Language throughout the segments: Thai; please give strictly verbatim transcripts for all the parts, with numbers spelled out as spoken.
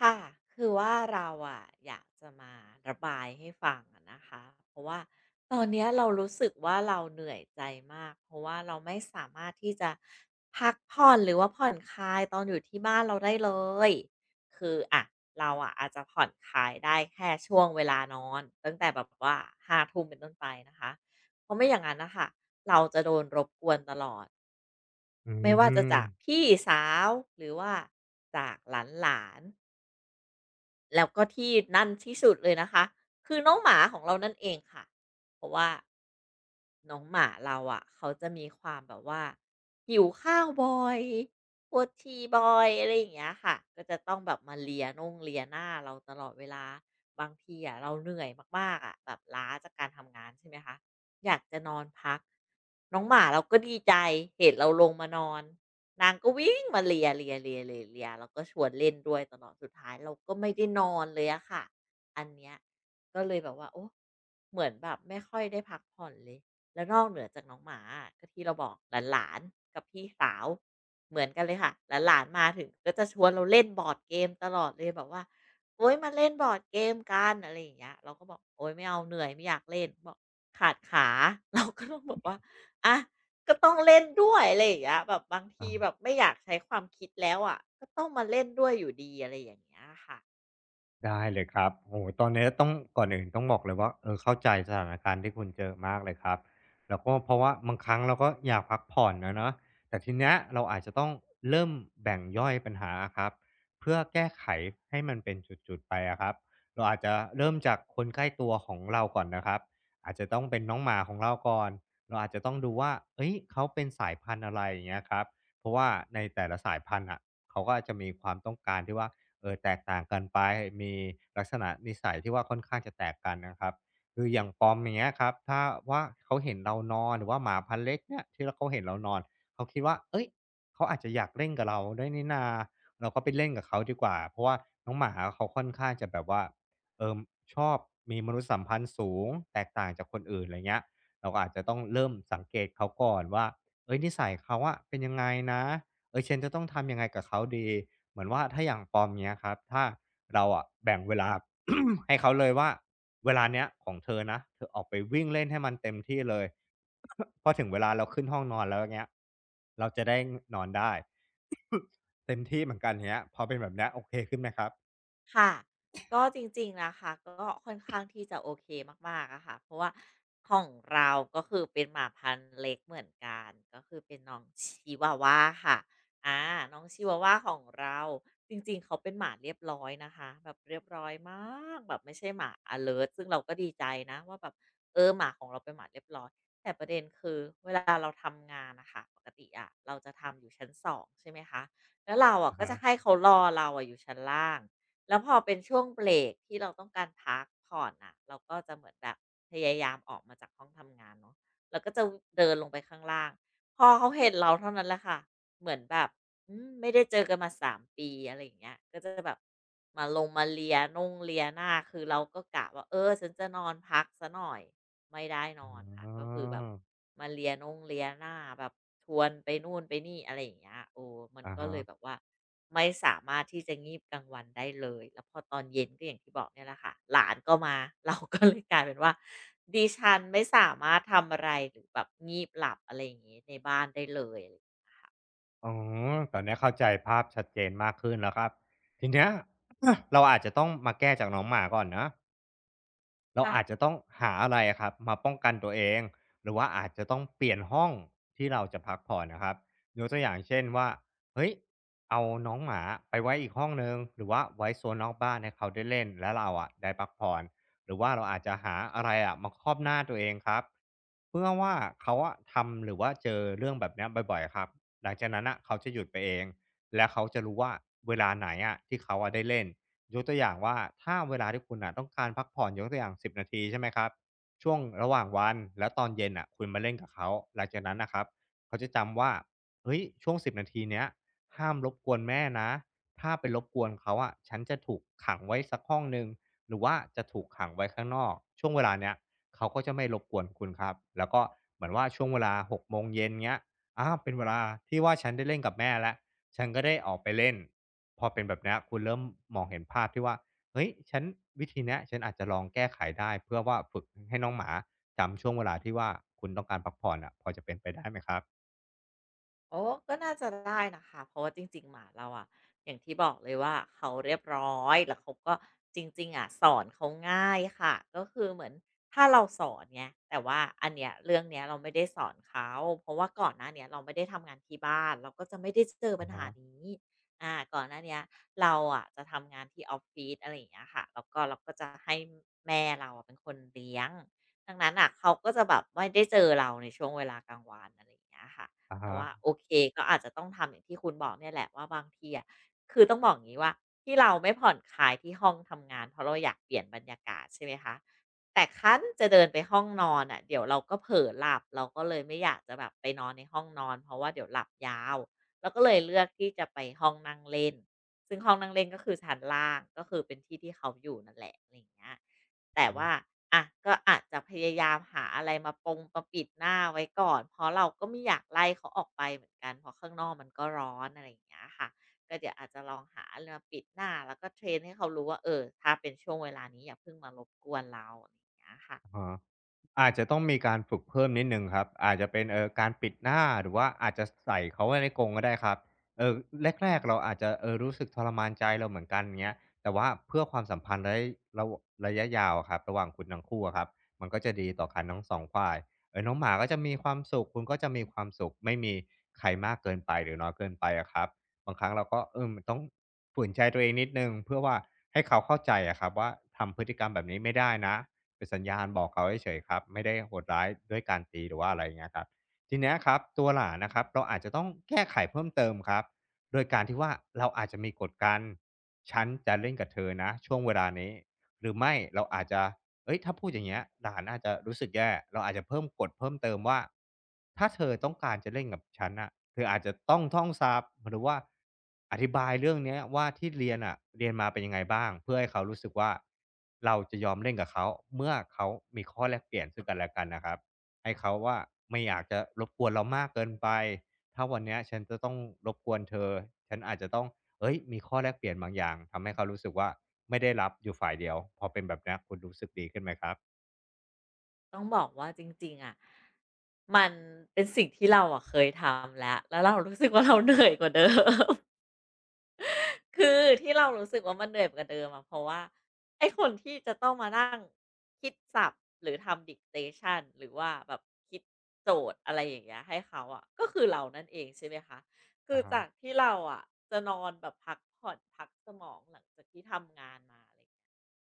ค่ะคือว่าเราอะอยากจะมาระบายให้ฟังอะนะคะเพราะว่าตอนเนี้ยเรารู้สึกว่าเราเหนื่อยใจมากเพราะว่าเราไม่สามารถที่จะพักผ่อนหรือว่าผ่อนคลายตอนอยู่ที่บ้านเราได้เลยคืออะเราอะอาจจะผ่อนคลายได้แค่ช่วงเวลานอนตั้งแต่แบบว่าห้าทุ่มเป็นต้นไปนะคะเพราะไม่อย่างนั้นนะคะเราจะโดนรบกวนตลอดอืไม่ว่าจะจากมพี่สาวหรือว่าจากหลานหลาน แล้วก็ที่นั่นที่สุดเลยนะคะคือน้องหมาของเรานั่นเองค่ะเพราะว่าน้องหมาเราอะะเขาจะมีความแบบว่าหิวข้าวบ่อยปวดฉี่บ่อยอะไรอย่างเงี้ยค่ะก็จะต้องแบบมาเลียน่งเลียหน้าเราตลอดเวลาบางทีอะะเราเหนื่อยมากๆอะ่ะแบบล้าจากการทำงานใช่ไหมคะอยากจะนอนพักน้องหมาเราก็ดีใจเห็นเราลงมานอน นางก็วิ่งมาเลียเเียเลียเลียเลียแล้วก็ชวนเล่นด้วยตลอดสุดท้ายเราก็ไม่ได้นอนเลยอะค่ะอันเนี้ยก็เลยแบบว่าโอ้เหมือนแบบไม่ค่อยได้พักผ่อนเลยแล้วนอกเหนือจากน้องหมาอะก็ที่เราบอกหลานๆกับพี่สาวเหมือนกันเลยค่ะหลานๆมาถึงก็จะชวนเราเล่นบอร์ดเกมตลอดเลยแบบว่าโอ๊ยมาเล่นบอร์ดเกมกันอะไรอย่างเงี้ยเราก็บอกโอ๊ยไม่เอาเหนื่อยไม่อยากเล่นบอกขาดขา เราก็ต้องบอกว่าอะ ก็ต้องเล่นด้วยอะไรอย่างเงี้ยแบบบางทีแบบอาไม่อยากใช้ความคิดแล้วอะก็ต้องมาเล่นด้วยอยู่ดีอะไรอย่างเงี้ยค่ะ ได้เลยครับโอ้โหตอนเนี้ต้องก่อนอื่นต้องบอกเลยว่าเออเข้าใจสถานการณ์ที่คุณเจอมากเลยครับแล้วก็เพราะว่าบางครั้งเราก็อยากพักผ่อนนะเนาะแต่ทีเนี้ยเราอาจจะต้องเริ่มแบ่งย่อยปัญหาครับเพื่อแก้ไขให้มันเป็นจุดๆไปอะครับเราอาจจะเริ่มจากคนใกล้ตัวของเราก่อนนะครับอาจจะต้องเป็นน้องหมาของเราก่อนเราอาจจะต้องดูว่าเอ้ยเขาเป็นสายพันธุ์อะไรอย่างเงี้ยครับเพราะว่าในแต่ละสายพันธุ์อ่ะเขาก็จะมีความต้องการที่ว่า เออแตกต่างกันไปมีลักษณะนิสัยที่ว่าค่อนข้างจะแตกกันนะครับคืออย่างปอมอย่างเงี้ยครับถ้าว่าเขาเห็นเรานอนหรือว่าหมาพันเล็กเนี่ยที่เขาเห็นเรานอนเขาคิดว่าเอ้ยเขาอาจจะอยากเล่นกับเราด้วยนี่นาเราก็ไปเล่นกับเขาดีกว่าเพราะว่าน้องหมาเขาค่อนข้างจะแบบว่าเออชอบมีมนุษยสัมพันธ์สูงแตกต่างจากคนอื่นอะไรเงี้ยเราก็อาจจะต้องเริ่มสังเกตเขาก่อนว่าเอ้ยนิสัยเขาอะเป็นยังไงนะ เออฉันจะต้องทำยังไงกับเขาดีเหมือนว่าถ้าอย่างปอมเนี้ยครับถ้าเราอะแบ่งเวลา ให้เขาเลยว่าเวลาเนี้ยของเธอนะเธอออกไปวิ่งเล่นให้มันเต็มที่เลย พอถึงเวลาเราขึ้นห้องนอนแล้วเงี้ยเราจะได้นอนได้ เต็มที่เหมือนกันเนี้ยพอเป็นแบบเนี้ยโอเคขึ้นไหมครับค่ะก็จริงๆนะคะก็ค่อนข้างที่จะโอเคมากๆอะค่ะเพราะว่าของเราก็คือเป็นหมาพันธุ์เล็กเหมือนกันก็คือเป็นน้องชิวาวาค่ะอ่าน้องชิวาวาของเราจริงๆเขาเป็นหมาเรียบร้อยนะคะแบบเรียบร้อยมากแบบไม่ใช่หมา alert ซึ่งเราก็ดีใจนะว่าแบบเออหมาของเราเป็นหมาเรียบร้อยแต่ประเด็นคือเวลาเราทำงานนะคะปกติอะเราจะทำอยู่ชั้นสองใช่ไหมคะแล้วเราอะอะก็ฮะจะให้เขารอเราอะอยู่ชั้นล่าง แล้วพอเป็นช่วงเบรกที่เราต้องการพักผ่อนน่ะเราก็จะเหมือนแบบพยายามออกมาจากห้องทำงานเนาะแล้วก็จะเดินลงไปข้างล่างพอเขาเห็นเราเท่านั้นแหละค่ะเหมือนแบบอืมไม่ได้เจอกันมาสามปีอะไรอย่างเงี้ยก็จะแบบมาลงมาเลียน่งเลียหน้าคือเราก็กะว่าเออฉันจะนอนพักซะหน่อย ไม่ได้นอนค่ะอ๋ก็อคือแบบมาเลียนงเลียหน้าแบบชวนไปนู่นไปนี่อะไรอย่างเงี้ยโอ้มันอาก็เลยแบฮะบว่าไม่สามารถที่จะงีบกลางวันได้เลยแล้วพอตอนเย็นก็อย่างที่บอกเนี่ยแหละค่ะหลานก็มา เราก็เลยกลายเป็นว่าดิฉันไม่สามารถทำอะไรหรือแบบงีบหลับอะไรอย่างเงี้ในบ้านได้เลยอะไรอย่างเงี้ยอ๋อตอนนี้เข้าใจภาพชัดเจนมากขึ้นแล้วครับทีเนี้ย เราอาจจะต้องมาแก้จากน้องหมาก่อนนะ เราค่ะ อาจจะต้องหาอะไรอะครับมาป้องกันตัวเองหรือว่าอาจจะต้องเปลี่ยนห้องที่เราจะพักผ่อนนะครับยกตัวอย่างเช่นว่าเฮ้ยเอาน้องหมาไปไว้อีกห้องหนึ่งหรือว่าไว้โซนนอกบ้านให้เขาได้เล่นแล้วเราอะได้พักผ่อนหรือว่าเราอาจจะหาอะไรอะมาครอบหน้าตัวเองครับเพื่อว่าเขาอะทำหรือว่าเจอเรื่องแบบเนี้ยบ่อยๆครับหลังจากนั้นอะเขาจะหยุดไปเองและเขาจะรู้ว่าเวลาไหนอะที่เขาอะได้เล่น ยกตัวอย่างว่าถ้าเวลาที่คุณอ่ะต้องการพักผ่อนยกตัวอย่างสิบนาทีใช่ไหมครับช่วงระหว่างวันแล้วตอนเย็นอ่ะคุณมาเล่นกับเขาหลังจากนั้นนะครับเขาจะจำว่าเฮ้ยช่วงสิบนาทีเนี้ยห้ามรบกวนแม่นะถ้าไปรบกวนเขาอะฉันจะถูกขังไว้สักห้องหนึ่งหรือว่าจะถูกขังไว้ข้างนอกช่วงเวลาเนี้ยเขาก็จะไม่รบกวนคุณครับแล้วก็เหมือนว่าช่วงเวลาหกโมงเย็นเงี้ยอาเป็นเวลาที่ว่าฉันได้เล่นกับแม่แล้ว ฉันก็ได้ออกไปเล่นพอเป็นแบบเนี้ยคุณเริ่มมองเห็นภาพที่ว่าเฮ้ยฉันวิธีเนี้ยฉันอาจจะลองแก้ไขได้เพื่อว่าฝึกให้น้องหมาจำช่วงเวลาที่ว่าคุณต้องการพักผ่อนอะพอจะเป็นไปได้ไหมครับโอ้ก็น่าจะได้นะคะเพราะว่าจริงๆหมาเราอะอย่างที่บอกเลยว่าเขาเรียบร้อยแล้วเขาก็จริงๆอะสอนเขาง่ายค่ะก็คือเหมือนถ้าเราสอนไงแต่ว่าอันเนี้ยเรื่องเนี้ยเราไม่ได้สอนเขาเพราะว่าก่อนหน้าเนี้ยเราไม่ได้ทำงานที่บ้านเราก็จะไม่ได้เจออะปัญฮะหานี้อ่าก่อนหน้าเนี้ยเราอะจะทำงานที่ออฟฟิศอะไรอย่างเงี้ยค่ะแล้วก็เราก็จะให้แม่เราอะเป็นคนเลี้ยงดังนั้นอ่ะเขาก็จะแบบไม่ได้เจอเราในช่วงเวลากลางวันอะไรอย่างเงี้ยค่ะ อะแต่ว่าฮโอเคก็อาจจะต้องทำอย่างที่คุณบอกเนี่ยแหละว่าบางทีอะคือต้องบอกอย่างนี้ว่าที่เราไม่ผ่อนคลายที่ห้องทำงานเพราะเราอยากเปลี่ยนบรรยากาศใช่ไหมคะแต่ครั้นจะเดินไปห้องนอนอ่ะเดี๋ยวเราก็เผลอหลับเราก็เลยไม่อยากจะแบบไปนอนในห้องนอนเพราะว่าเดี๋ยวหลับยาวเราก็เลยเลือกที่จะไปห้องนั่งเล่นซึ่งห้องนั่งเล่นก็คือชั้นล่างก็คือเป็นที่ที่เขาอยู่นั่นแหละอะไรอย่างเงี้ย แต่ะ ว่าอ่ะก็อาจจะพยายามหาอะไรมาปงมาปิดหน้าไว้ก่อนเพราะเราก็ไม่อยากไล่เขาออกไปเหมือนกันเพราะข้างนอกมันก็ร้อนอะไรอย่างเงี้ยค่ะก็เดี๋ยวอาจจะลองหาอะไรมาปิดหน้าแล้วก็เทรนให้เขารู้ว่าเออถ้าเป็นช่วงเวลานี้อย่าเพิ่งมารบกวนเราอะไรอย่างเงี้ยค่ะอาอาจจะต้องมีการฝึกเพิ่มนิดหนึ่งครับอาจจะเป็นเออการปิดหน้าหรือว่าอาจจะใส่เขาไว้ในกรงก็ได้ครับเออแรกๆเราอาจจะเออรู้สึกทรมานใจเราเหมือนกันเงี้ยแต่ว่าเพื่อความสัมพันธ์ระยะระระยะยาวอะครับระหว่างคุณทั้งคู่อะครับมันก็จะดีต่อกันทั้งสองฝ่ายเออน้องหมาก็จะมีความสุขคุณก็จะมีความสุขไม่มีใครมากเกินไปหรือน้อยเกินไปอะครับบางครั้งเราก็เออมันต้องฝืนใจตัวเองนิดหนึ่งเพื่อว่าให้เขาเข้าใจอะครับว่าทำพฤติกรรมแบบนี้ไม่ได้นะ เป็นสัญญาณบอกเขาเฉยๆครับไม่ได้โหดร้ายด้วยการตีหรือว่าอะไรอย่างเงี้ยครับทีเนี้ยครับตัวหลานนะครับเราอาจจะต้องแก้ไขเพิ่มเติมครับโดยการที่ว่าเราอาจจะมีกฎกันฉันจะเล่นกับเธอนะช่วงเวลานี้หรือไม่เราอาจจะ เอ้ยถ้าพูดอย่างเงี้ยหลานอาจจะรู้สึกแย่เราอาจจะเพิ่มกฎเพิ่มเติมว่าถ้าเธอต้องการจะเล่นกับฉันน่ะเธออาจจะต้องท่องศัพหรือว่าอธิบายเรื่องเนี้ยว่าที่เรียนอ่ะเรียนมาเป็นยังไงบ้างเพื่อให้เขารู้สึกว่าเราจะยอมเล่นกับเขาเมื่อเขามีข้อแลกเปลี่ยนซึ่งกันและกันนะครับให้เขาว่าไม่อยากจะรบกวนเรามากเกินไปถ้าวันเนี้ยฉันจะต้องรบกวนเธอฉันอาจจะต้อง เอ้ยมีข้อแลกเปลี่ยนบางอย่างทำให้เขารู้สึกว่าไม่ได้รับอยู่ฝ่ายเดียวพอเป็นแบบเนี้ยคุณรู้สึกดีขึ้นไหมครับต้องบอกว่าจริงๆอะมันเป็นสิ่งที่เราอะเคยทำแล้วแล้วเรารู้สึกว่าเราเหนื่อยกว่าเดิม คือที่เรารู้สึกว่ามันเหนื่อยกว่าเดิมอะเพราะว่าไอ้คนที่จะต้องมานั่งคิดศัพท์หรือทำ dictation หรือว่าแบบคิดโจทย์อะไรอย่างเงี้ยให้เขาอะก็คือเรานั่นเองใช่ไหมคะ คืออะฮะจากที่เราอะจะนอนแบบพักผ่อนพักสมองหลังจากที่ทำงานมา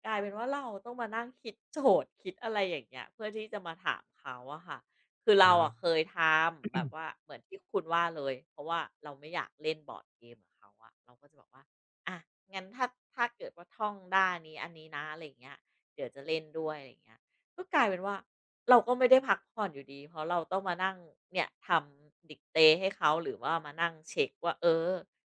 กลายเป็นว่าเราต้องมานั่งคิดโจทย์คิดอะไรอย่างเงี้ยเพื่อที่จะมาถามเขาอะค่ะคือเราเนาะอะเคยทำแบบว่าเหมือนที่คุณว่าเลยเพราะว่าเราไม่อยากเล่นบอร์ดเกมกับเขาอะเราก็จะบอกว่าอะงั้นถ้าถ้าเกิดว่าท่องด้านนี้อันนี้นะอะไรอย่างเงี้ยเดี๋ยวจะเล่นด้วยอะไรอย่างเงี้ยก็กลายเป็นว่าเราก็ไม่ได้พักผ่อนอยู่ดีเพราะเราต้องมานั่งเนี่ยทำดิกเตให้เขาหรือว่ามานั่งเช็กว่าเออ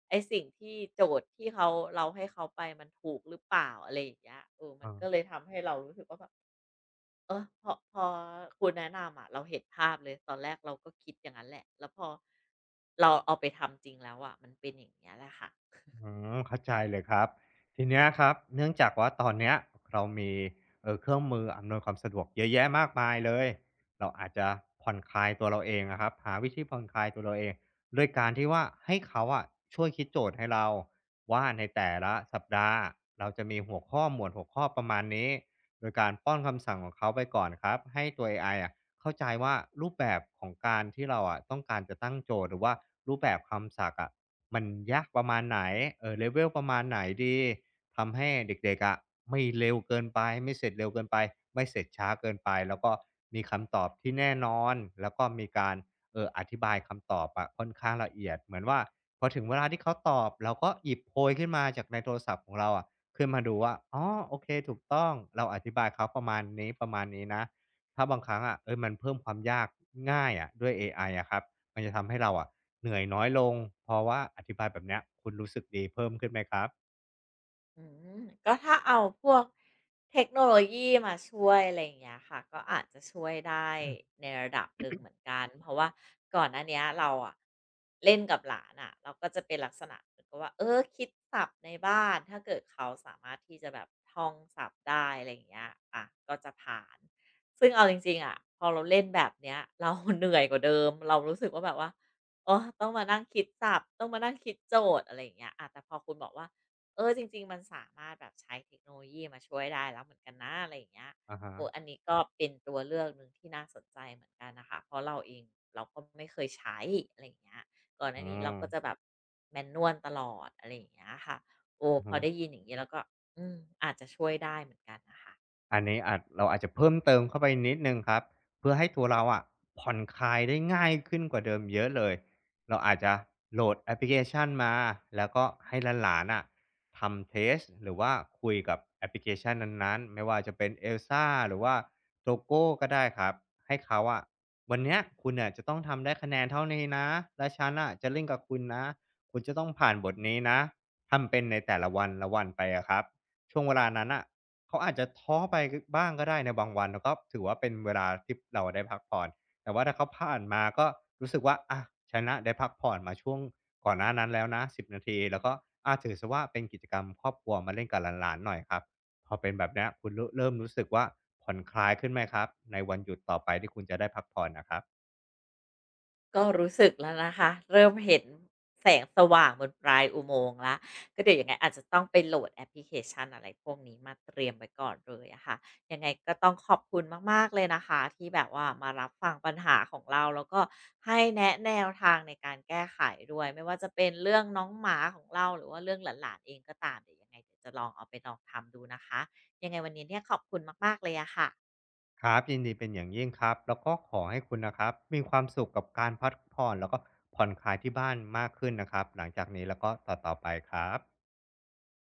ไอ้สิ่งที่โจทย์ที่เขาเราให้เขาไปมันถูกหรือเปล่าอะไรอย่างเงี้ยเออมัเอนอ ก็เลยทำให้เรารู้สึกว่าแบบเออพอพอคุณแนะนำอะเราเห็นภาพเลยตอนแรกเราก็คิดอย่างนั้นแหละแล้วพอเราเอาไปทำจริงแล้วอะมันเป็นอย่างเงี้ยแหละค่ะ อืมเข้าใจเลยครับทีเนี้ยครับเนื่องจากว่าตอนเนี้ยเรามีเออเครื่องมืออำนวยความสะดวกเยอะแยะมากมายเลยเราอาจจะผ่อนคลายตัวเราเองอะครับหาวิธีผ่อนคลายตัวเราเองโด้วยการที่ว่าให้เขาอะช่วยคิดโจทย์ให้เราว่าในแต่ละสัปดาห์เราจะมีหัวข้อหมวดหัวข้อประมาณนี้โดยการป้อนคำสั่งของเขาไปก่อนครับให้ตัวเอไออะเข้าใจว่ารูปแบบของการที่เราอะต้องการจะตั้งโจทย์หรือว่ารูปแบบคำศัพท์อะ มันยากประมาณไหนเออ l ลเ e ลประมาณไหนดีทำให้เด็กๆอะไม่เร็วเกินไป ไม่เสร็จเร็วเกินไป ไม่เสร็จช้าเกินไป แล้วก็มีคำตอบที่แน่นอน แล้วก็มีการเอ่ออธิบายคำตอบอะค่อนข้างละเอียดเหมือนว่าพอถึงเวลาที่เขาตอบเราก็หยิบโพยขึ้นมาจากในโทรศัพท์ของเราอะขึ้นมาดูว่าอ๋อโอเคถูกต้องเราอธิบายเขาประมาณนี้ประมาณนี้นะถ้าบางครั้งอะเออมันเพิ่มความยากง่ายอะด้วยเอไออะครับมันจะทำให้เราอะ เหนื่อยน้อยลงเพราะว่าอธิบายแบบเนี้ยคุณรู้สึกดีเพิ่มขึ้นไหมครับอืมก็ถ้าเอาพวกเทคโนโลยีมาช่วยอะไรอย่างเงี้ยค่ะก็อาจจะช่วยได้ในระดับหนึ่งเหมือนกันเพราะว่าก่อนหน้าเนี้ยเราอะเล่นกับหลานอะเราก็จะเป็นลักษณะเหมือนกับว่าเออคิดศัพท์ในบ้านถ้าเกิดเขาสามารถที่จะแบบท่องศัพท์ได้อะไรอย่างเงี้ยอ่ะก็จะผ่านซึ่งเอาจริงๆอะพอเราเล่นแบบเนี้ยเรา เหนื่อยกว่าเดิมเรารู้สึกว่าแบบว่าโอ้ต้องมานั่งคิดศัพท์ต้องมานั่งคิดโจทย์อะไรอย่างเงี้ยอะแต่พอคุณบอกว่า เออจริงๆมันสามารถแบบใช้เทคโนโลยีมาช่วยได้แล้วเหมือนกันนะอะไรอย่างเงี้ยอะฮะโอ้อันนี้ก็เป็นตัวเลือกหนึ่งที่น่าสนใจเหมือนกันนะคะเพราะเราเองเราก็ไม่เคยใช้อะไรอย่างเงี้ยก่อนอัอืนานี้เรามก็จะแบบแมนนวล ตลอดอะไรอย่างเงี้ยค่ะโอ้อือพอฮึ ได้ยินอย่างเงี้ยแล้วก็อืมอาจจะช่วยได้เหมือนกันนะคะ อันนี้อาจเราอาจจะเพิ่มเติมเข้าไปนิดหนึ่งครับเพื่อให้ตัวเราอะผ่อนคลายได้ง่ายขึ้นกว่าเดิมเยอะเลยเราอาจจะโหลดแอปพลิเคชันมาแล้วก็ให้หลานๆอะทำเทสต์หรือว่าคุยกับแอปพลิเคชันนั้นๆไม่ว่าจะเป็น เอลซ่า หรือว่า โทโก ก็ได้ครับให้เขาอะวันเนี้ยคุณน่ะจะต้องทำได้คะแนนเท่านี้นะและฉันน่ะจะเล่นกับคุณนะคุณจะต้องผ่านบทนี้นะทำเป็นในแต่ละวันๆไปอะครับช่วงเวลานั้นน่ะ เขาอาจจะท้อไปบ้างก็ได้ในบางวันแล้วก็ถือว่าเป็นเวลาที่เราได้พักผ่อนแต่ว่าถ้าเขาผ่านมาก็รู้สึกว่าอะฉันน่ะได้พักผ่อนมาช่วงก่อนหน้านั้นแล้วนะสิบนาทีแล้วก็อาถือเสียว่าเป็นกิจกรรมครอบครัวมาเล่นกับหลานๆหน่อยครับพอเป็นแบบเนี้ยคุณเริ่มเริ่มรู้สึกว่าผ่อนคลายขึ้นไหมครับในวันหยุดต่อไปที่คุณจะได้พักผ่อนนะครับก็รู้สึกแล้วนะคะเริ่มเห็นแสงสว่างบนปลายอุโมงค์แล้วก็เดี๋ยวยังไงอาจจะต้องไปโหลดแอปพลิเคชันอะไรพวกนี้มาเตรียมไว้ก่อนเลยอะค่ะยังไงก็ต้องขอบคุณมากๆเลยนะคะที่แบบว่ามารับฟังปัญหาของเราแล้วก็ให้แนะแนวทางในการแก้ไขด้วยไม่ว่าจะเป็นเรื่องน้องหมาของเราหรือว่าเรื่องหลานๆเองก็ตามเดี๋ยวยังไงเดี๋ยวจะลองเอาไปลองทำดูนะคะยังไงวันนี้เนี่ยขอบคุณมากๆเลยอะค่ะครับยินดีเป็นอย่างยิ่งครับแล้วก็ขอให้คุณนะครับมีความสุขกับการพักผ่อนแล้วก็ผ่อนคลายที่บ้านมากขึ้นนะครับหลังจากนี้แล้วก็ต่อๆไปครับ